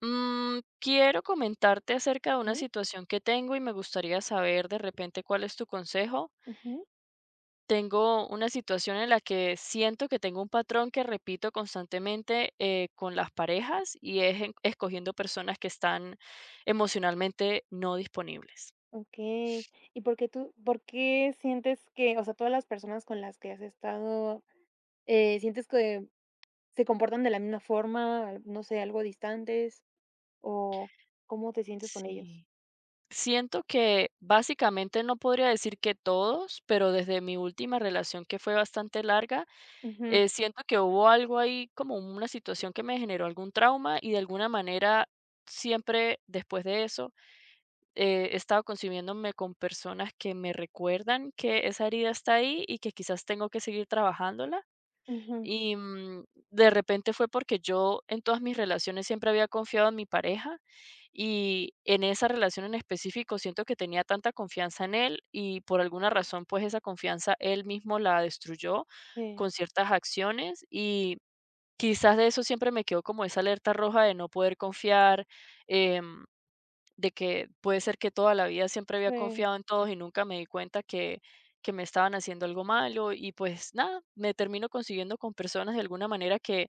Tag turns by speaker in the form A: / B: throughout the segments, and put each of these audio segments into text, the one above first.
A: Quiero comentarte acerca de una
B: Ujú,
A: situación que tengo y me gustaría saber de repente cuál es tu consejo.
B: ujú,
A: Tengo una situación en la que siento que tengo un patrón que repito constantemente con las parejas y es escogiendo personas que están emocionalmente no disponibles.
B: okey. ¿Y por qué sientes que, o sea, todas las personas con las que has estado, sientes que se comportan de la misma forma, no sé, algo distantes, o cómo te sientes con ellos?
A: Sí. Siento que básicamente no podría decir que todos, pero desde mi última relación que fue bastante larga.
B: Ujú,
A: Siento que hubo algo ahí, como una situación que me generó algún trauma y de alguna manera siempre después de eso he estado consumiéndome con personas que me recuerdan que esa herida está ahí y que quizás tengo que seguir trabajándola.
B: ujú,
A: Y de repente fue porque yo en todas mis relaciones siempre había confiado en mi pareja, y en esa relación en específico siento que tenía tanta confianza en él y por alguna razón pues esa confianza él mismo la destruyó
B: sí,
A: con ciertas acciones. Y quizás de eso siempre me quedó como esa alerta roja de no poder confiar. em, de que puede ser que toda la vida siempre había
B: sí,
A: confiado en todos y nunca me di cuenta que me estaban haciendo algo malo. Y pues nada, me termino consiguiendo con personas de alguna manera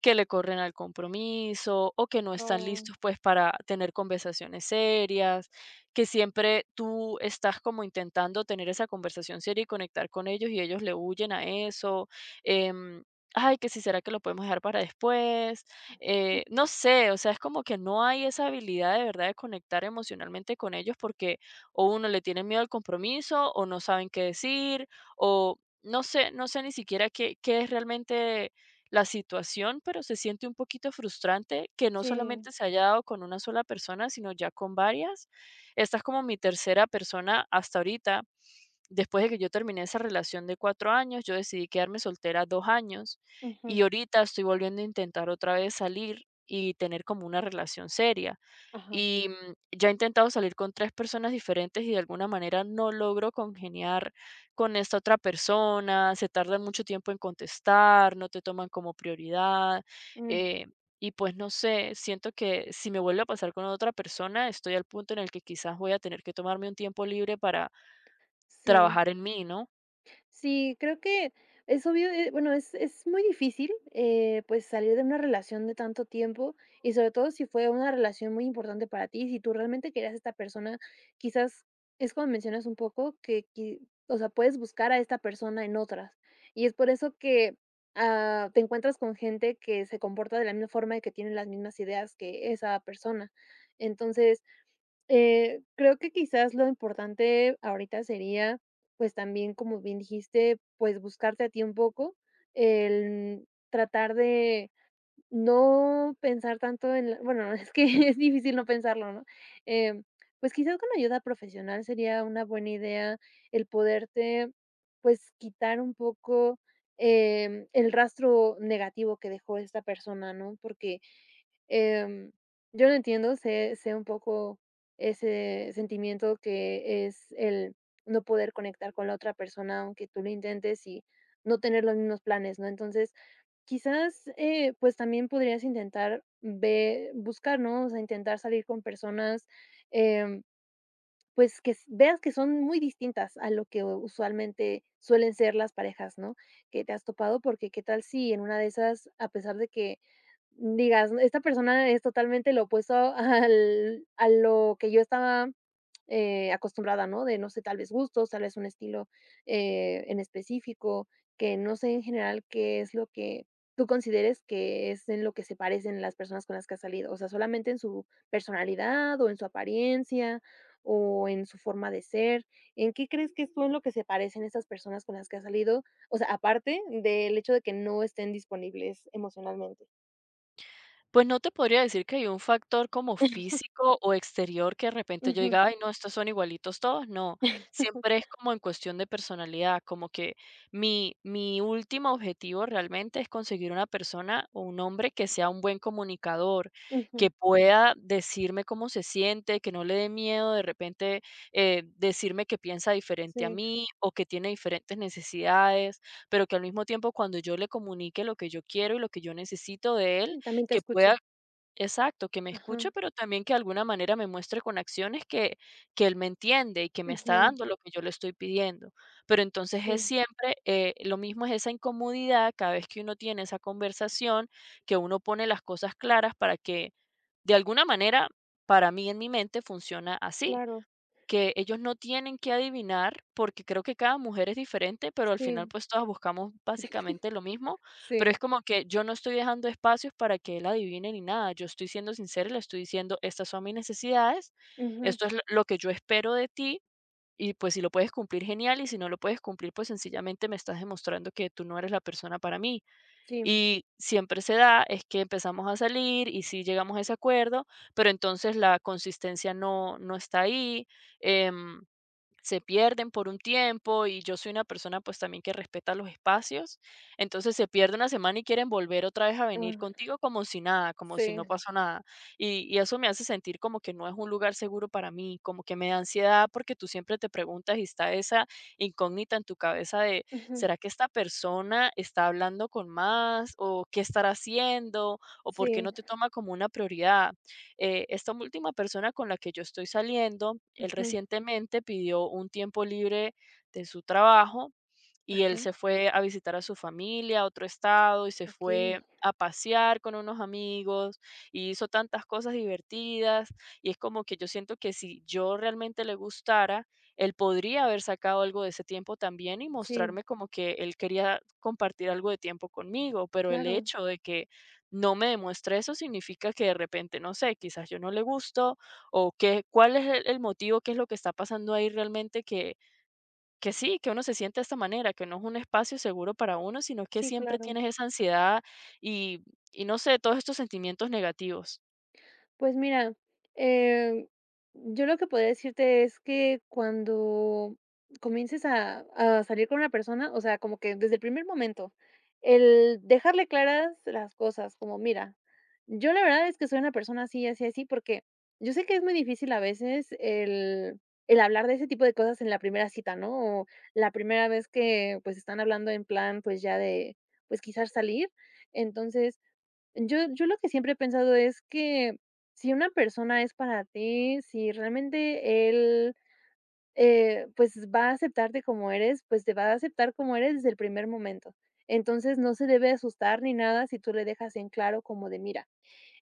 A: que le corren al compromiso o que no están
B: oh,
A: listos pues para tener conversaciones serias, que siempre tú estás como intentando tener esa conversación seria y conectar con ellos y ellos le huyen a eso. em, Ay, que si será que lo podemos dejar para después. No sé, o sea, es como que no hay esa habilidad de verdad de conectar emocionalmente con ellos porque o uno le tiene miedo al compromiso o no saben qué decir, o no sé, no sé ni siquiera qué, qué es realmente la situación, pero se siente un poquito frustrante que no
B: sí,
A: solamente se haya dado con una sola persona, sino ya con varias. Esta es como mi tercera persona hasta ahorita. Después de que yo terminé esa relación de 4 años, yo decidí quedarme soltera 2 años,
B: ujú,
A: y ahorita estoy volviendo a intentar otra vez salir y tener como una relación seria.
B: ajá,
A: Y ya he intentado salir con 3 personas diferentes y de alguna manera no logro congeniar con esta otra persona, se tardan mucho tiempo en contestar, no te toman como prioridad.
B: mm,
A: eh, y pues no sé, siento que si me vuelve a pasar con otra persona, estoy al punto en el que quizás voy a tener que tomarme un tiempo libre para
B: sí.
A: trabajar en mí, ¿no?
B: Sí, creo que es obvio. Bueno, es muy difícil, pues salir de una relación de tanto tiempo, y sobre todo si fue una relación muy importante para ti, si tú realmente querías a esta persona. Quizás es como mencionas un poco que, o sea, puedes buscar a esta persona en otras, y es por eso que te encuentras con gente que se comporta de la misma forma y que tiene las mismas ideas que esa persona. Entonces, creo que quizás lo importante ahorita sería, pues también, como bien dijiste, pues buscarte a ti un poco, el tratar de no pensar tanto en la, bueno, es que es difícil no pensarlo, ¿no? Em, pues quizás con ayuda profesional sería una buena idea el poderte, pues, quitar un poco, el rastro negativo que dejó esta persona, ¿no? Em, yo lo entiendo, sé un poco ese sentimiento que es el no poder conectar con la otra persona, aunque tú lo intentes, y no tener los mismos planes, ¿no? Entonces, quizás, pues, también podrías intentar ve buscar, ¿no? O sea, intentar salir con personas, em pues, que s veas que son muy distintas a lo que usualmente suelen ser las parejas, ¿no?, que te has topado, porque, ¿qué tal si en una de esas, a pesar de que digas: "No, Esta persona es totalmente lo opuesto al a lo que yo estaba, acostumbrada", ¿no?, de, no sé, tal vez gustos, tal vez un estilo, en específico, que no sé, en general, qué es lo que tú consideres que es en lo que se parecen las personas con las que has salido? O sea, ¿solamente en su personalidad o en su apariencia, o en su forma de ser? ¿En qué crees que es, tú, en lo que se parecen estas personas con las que has salido? O sea, aparte del hecho de que no estén disponibles emocionalmente.
A: Pues no te podría decir que hay un factor como físico o exterior que de repente yo
B: Ujú.
A: diga, ay, no, estos son igualitos todos. No, siempre es como en cuestión de personalidad, como que mi último objetivo realmente es conseguir una persona o un hombre que sea un buen comunicador,
B: Ujú.
A: que pueda decirme cómo se siente, que no le dé miedo de repente decirme que piensa diferente a
B: Sí.
A: mí o que tiene diferentes necesidades, pero que al mismo tiempo cuando yo le comunique lo que yo quiero y lo que yo necesito de él,
B: Y también te
A: que pueda,
B: escuche.
A: exacto, que me
B: Ajá.
A: escuche, pero también que de alguna manera me muestre con acciones que él me entiende y que me está
B: Ujú.
A: dando lo que yo le estoy pidiendo. Pero entonces es
B: Sí,
A: siempre, lo mismo, es esa incomodidad cada vez que uno tiene esa conversación, que uno pone las cosas claras para que, de alguna manera, para mí en mi mente funciona así.
B: claro.
A: Que ellos no tienen que adivinar, porque creo que cada mujer es diferente, pero al final,
B: Sí,
A: pues, todas buscamos básicamente lo mismo, pero
B: sí.
A: es como que yo no estoy dejando espacios para que él adivine ni nada, yo estoy siendo sincera y le estoy diciendo: "Estas son mis necesidades,
B: Ujú.
A: esto es l lo que yo espero de ti, y, pues, si lo puedes cumplir, genial, y si no lo puedes cumplir, pues, sencillamente me estás demostrando que tú no eres la persona para mí".
B: Sí.
A: Y siempre se da, es que empezamos a salir y sí llegamos a ese acuerdo, pero entonces la consistencia no está ahí. em, Se pierden por un tiempo y yo soy una persona pues también que respeta los espacios, entonces se pierde una semana y quieren volver otra vez a venir
B: Ah,
A: contigo como si nada, como si
B: sí.
A: no pasó nada. Y eso me hace sentir como que no es un lugar seguro para mí, como que me da ansiedad porque tú siempre te preguntas y está esa incógnita en tu cabeza de,
B: Ujú.
A: ¿será que esta persona está hablando con más o qué estará haciendo o por qué no
B: Sí.
A: te toma como una prioridad? Esta última persona con la que yo estoy saliendo, él
B: Ujú.
A: recientemente pidió un tiempo libre de su trabajo y él
B: Ajá.
A: se fue a visitar a su familia a otro estado y se
B: Okey.
A: fue a pasear con unos amigos y hizo tantas cosas divertidas, y es como que yo siento que si yo realmente le gustara, él podría haber sacado algo de ese tiempo también y
B: Sí,
A: mostrarme como que él quería compartir algo de tiempo conmigo, pero el
B: claro.
A: hecho de que no me demuestra eso, significa que de repente, no sé, quizás yo no le gusto, o qué, cuál es el motivo, qué es lo que está pasando ahí realmente, que sí, que uno se siente de esta manera, que no es un espacio seguro para uno, sino que
B: Sí,
A: siempre
B: claro.
A: tienes esa ansiedad y, y no sé, todos estos sentimientos negativos.
B: Pues mira, eh, yo lo que podría decirte es que cuando comiences a salir con una persona, o sea, como que desde el primer momento, el dejarle claras las cosas, como: mira, yo la verdad es que soy una persona así, así, así, porque yo sé que es muy difícil a veces el hablar de ese tipo de cosas en la primera cita, ¿no? O la primera vez que pues están hablando en plan, pues ya de, pues quizás salir. Entonces, yo lo que siempre he pensado es que si una persona es para ti, si realmente él, pues, va a aceptarte como eres, pues, te va a aceptar como eres desde el primer momento. Entonces, no se debe asustar ni nada si tú le dejas en claro como de: "Mira,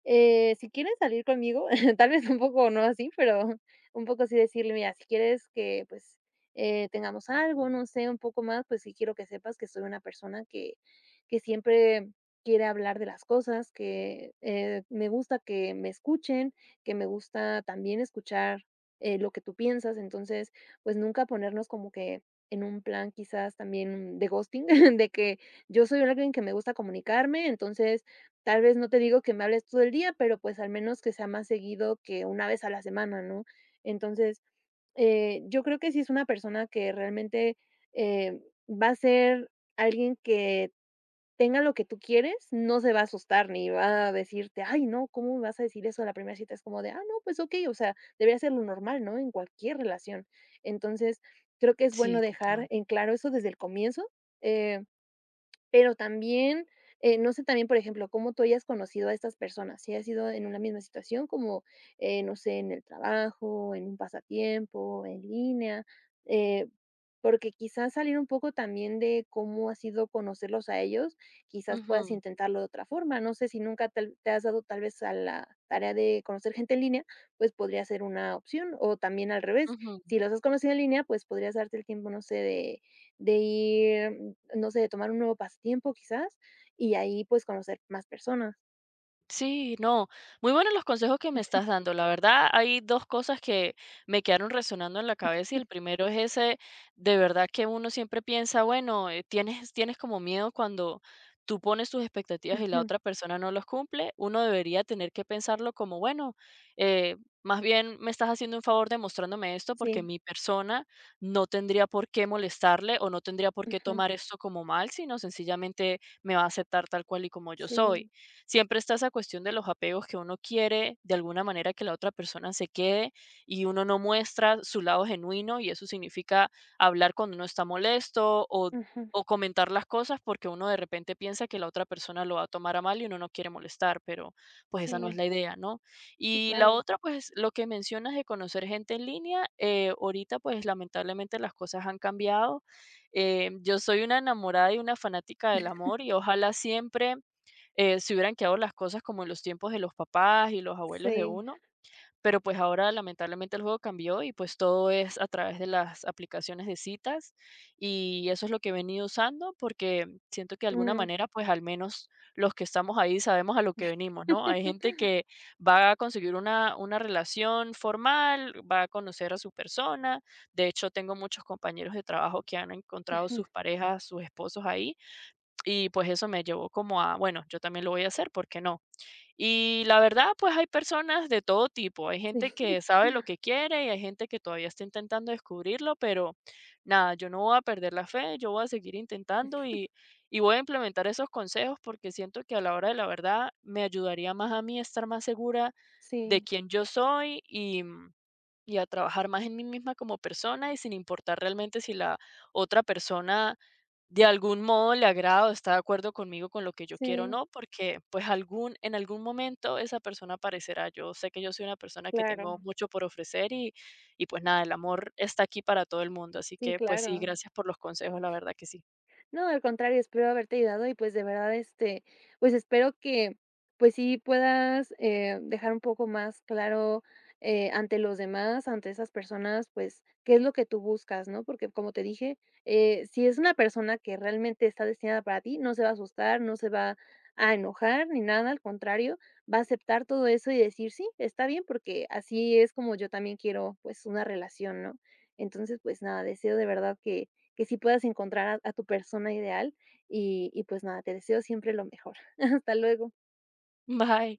B: si quieres salir conmigo", tal vez un poco no así, pero un poco así, decirle: "Mira, si quieres que, pues, tengamos algo, no sé, un poco más, pues sí quiero que sepas que soy una persona que siempre quiere hablar de las cosas, que, me gusta que me escuchen, que me gusta también escuchar, lo que tú piensas". Entonces, pues, nunca ponernos como que en un plan quizás también de ghosting, de que yo soy alguien que me gusta comunicarme, entonces tal vez no te digo que me hables todo el día, pero, pues, al menos que sea más seguido que una vez a la semana, ¿no? Entonces, yo creo que si es una persona que realmente, eh, va a ser alguien que tenga lo que tú quieres, no se va a asustar ni va a decirte: "Ay, no, ¿cómo me vas a decir eso a la primera cita?". Es como de: "Ah, no, pues, okey", o sea, debería ser lo normal, ¿no?, en cualquier relación. Entonces, creo que es bueno
A: Sí,
B: dejar
A: total.
B: en claro eso desde el comienzo, eh pero también, no sé, también, por ejemplo, cómo tú hayas conocido a estas personas, si has sido en una misma situación como, no sé, en el trabajo, en un pasatiempo, en línea, eh, porque quizás salir un poco también de cómo ha sido conocerlos a ellos, quizás puedas
A: Ujú,
B: intentarlo de otra forma. No sé si nunca tal te has dado tal vez a la tarea de conocer gente en línea, pues podría ser una opción, o también al revés,
A: ujú.
B: si los has conocido en línea, pues podrías darte el tiempo, no sé, de ir, no sé, de tomar un nuevo pasatiempo quizás, y ahí, pues, conocer más personas.
A: Sí, no, muy buenos los consejos que me estás dando. La verdad, hay dos cosas que me quedaron resonando en la cabeza y el primero es ese, de verdad que uno siempre piensa, bueno, tienes como miedo cuando tú pones tus expectativas y la
B: Ujú,
A: otra persona no los cumple, uno debería tener que pensarlo como, bueno, eh, más bien me estás haciendo un favor demostrándome esto porque
B: sí,
A: mi persona no tendría por qué molestarle o no tendría por qué
B: ujú,
A: tomar esto como mal, sino sencillamente me va a aceptar tal cual y como yo soy.
B: sí,
A: Siempre está esa cuestión de los apegos, que uno quiere de alguna manera que la otra persona se quede y uno no muestra su lado genuino, y eso significa hablar cuando uno está molesto
B: ujú,
A: o comentar las cosas porque uno de repente piensa que la otra persona lo va a tomar a mal y uno no quiere molestar, pero pues esa no es
B: sí,
A: la idea, ¿no?
B: sí,
A: Y la
B: claro,
A: otra, pues lo que mencionas de conocer gente en línea, ahorita pues lamentablemente las cosas han cambiado. Yo soy una enamorada y una fanática del amor, y ojalá siempre si hubieran quedado las cosas como en los tiempos de los papás y los abuelos de
B: sí,
A: uno, pero pues ahora lamentablemente el juego cambió y pues todo es a través de las aplicaciones de citas, y eso es lo que he venido usando porque siento que de alguna
B: mm.
A: manera pues al menos los que estamos ahí sabemos a lo que venimos, ¿no? Hay gente que va a conseguir una relación formal, va a conocer a su persona, de hecho tengo muchos compañeros de trabajo que han encontrado
B: Ujú,
A: sus parejas, sus esposos ahí, y pues eso me llevó como a, bueno, yo también lo voy a hacer, ¿por qué no? Y la verdad, pues hay personas de todo tipo, hay gente
B: sí.
A: que sabe lo que quiere y hay gente que todavía está intentando descubrirlo, pero nada, yo no voy a perder la fe, yo voy a seguir intentando, y voy a implementar esos consejos porque siento que a la hora de la verdad me ayudaría más a mí estar más segura de
B: Sí,
A: quién yo soy y a trabajar más en mí misma como persona y sin importar realmente si la otra persona de algún modo le agrada o está de acuerdo conmigo con lo que yo quiero o
B: sí,
A: no, porque pues algún, en algún momento esa persona aparecerá. Yo sé que yo soy una persona que tengo
B: claro,
A: mucho por ofrecer y pues nada, el amor está aquí para todo el mundo. Así
B: sí,
A: que pues sí,
B: claro.
A: gracias por los consejos, la verdad que sí.
B: No, al contrario, espero haberte ayudado, y pues de verdad, este, pues espero que pues sí puedas, dejar un poco más claro, ante los demás, ante esas personas, pues qué es lo que tú buscas, ¿no? Porque como te dije, si es una persona que realmente está destinada para ti, no se va a asustar, no se va a enojar ni nada, al contrario, va a aceptar todo eso y decir, sí, está bien, porque así es como yo también quiero, pues, una relación, ¿no? Entonces, pues nada, deseo de verdad que sí puedas encontrar a tu persona ideal, y pues nada, te deseo siempre lo mejor. Hasta luego.
A: Bye.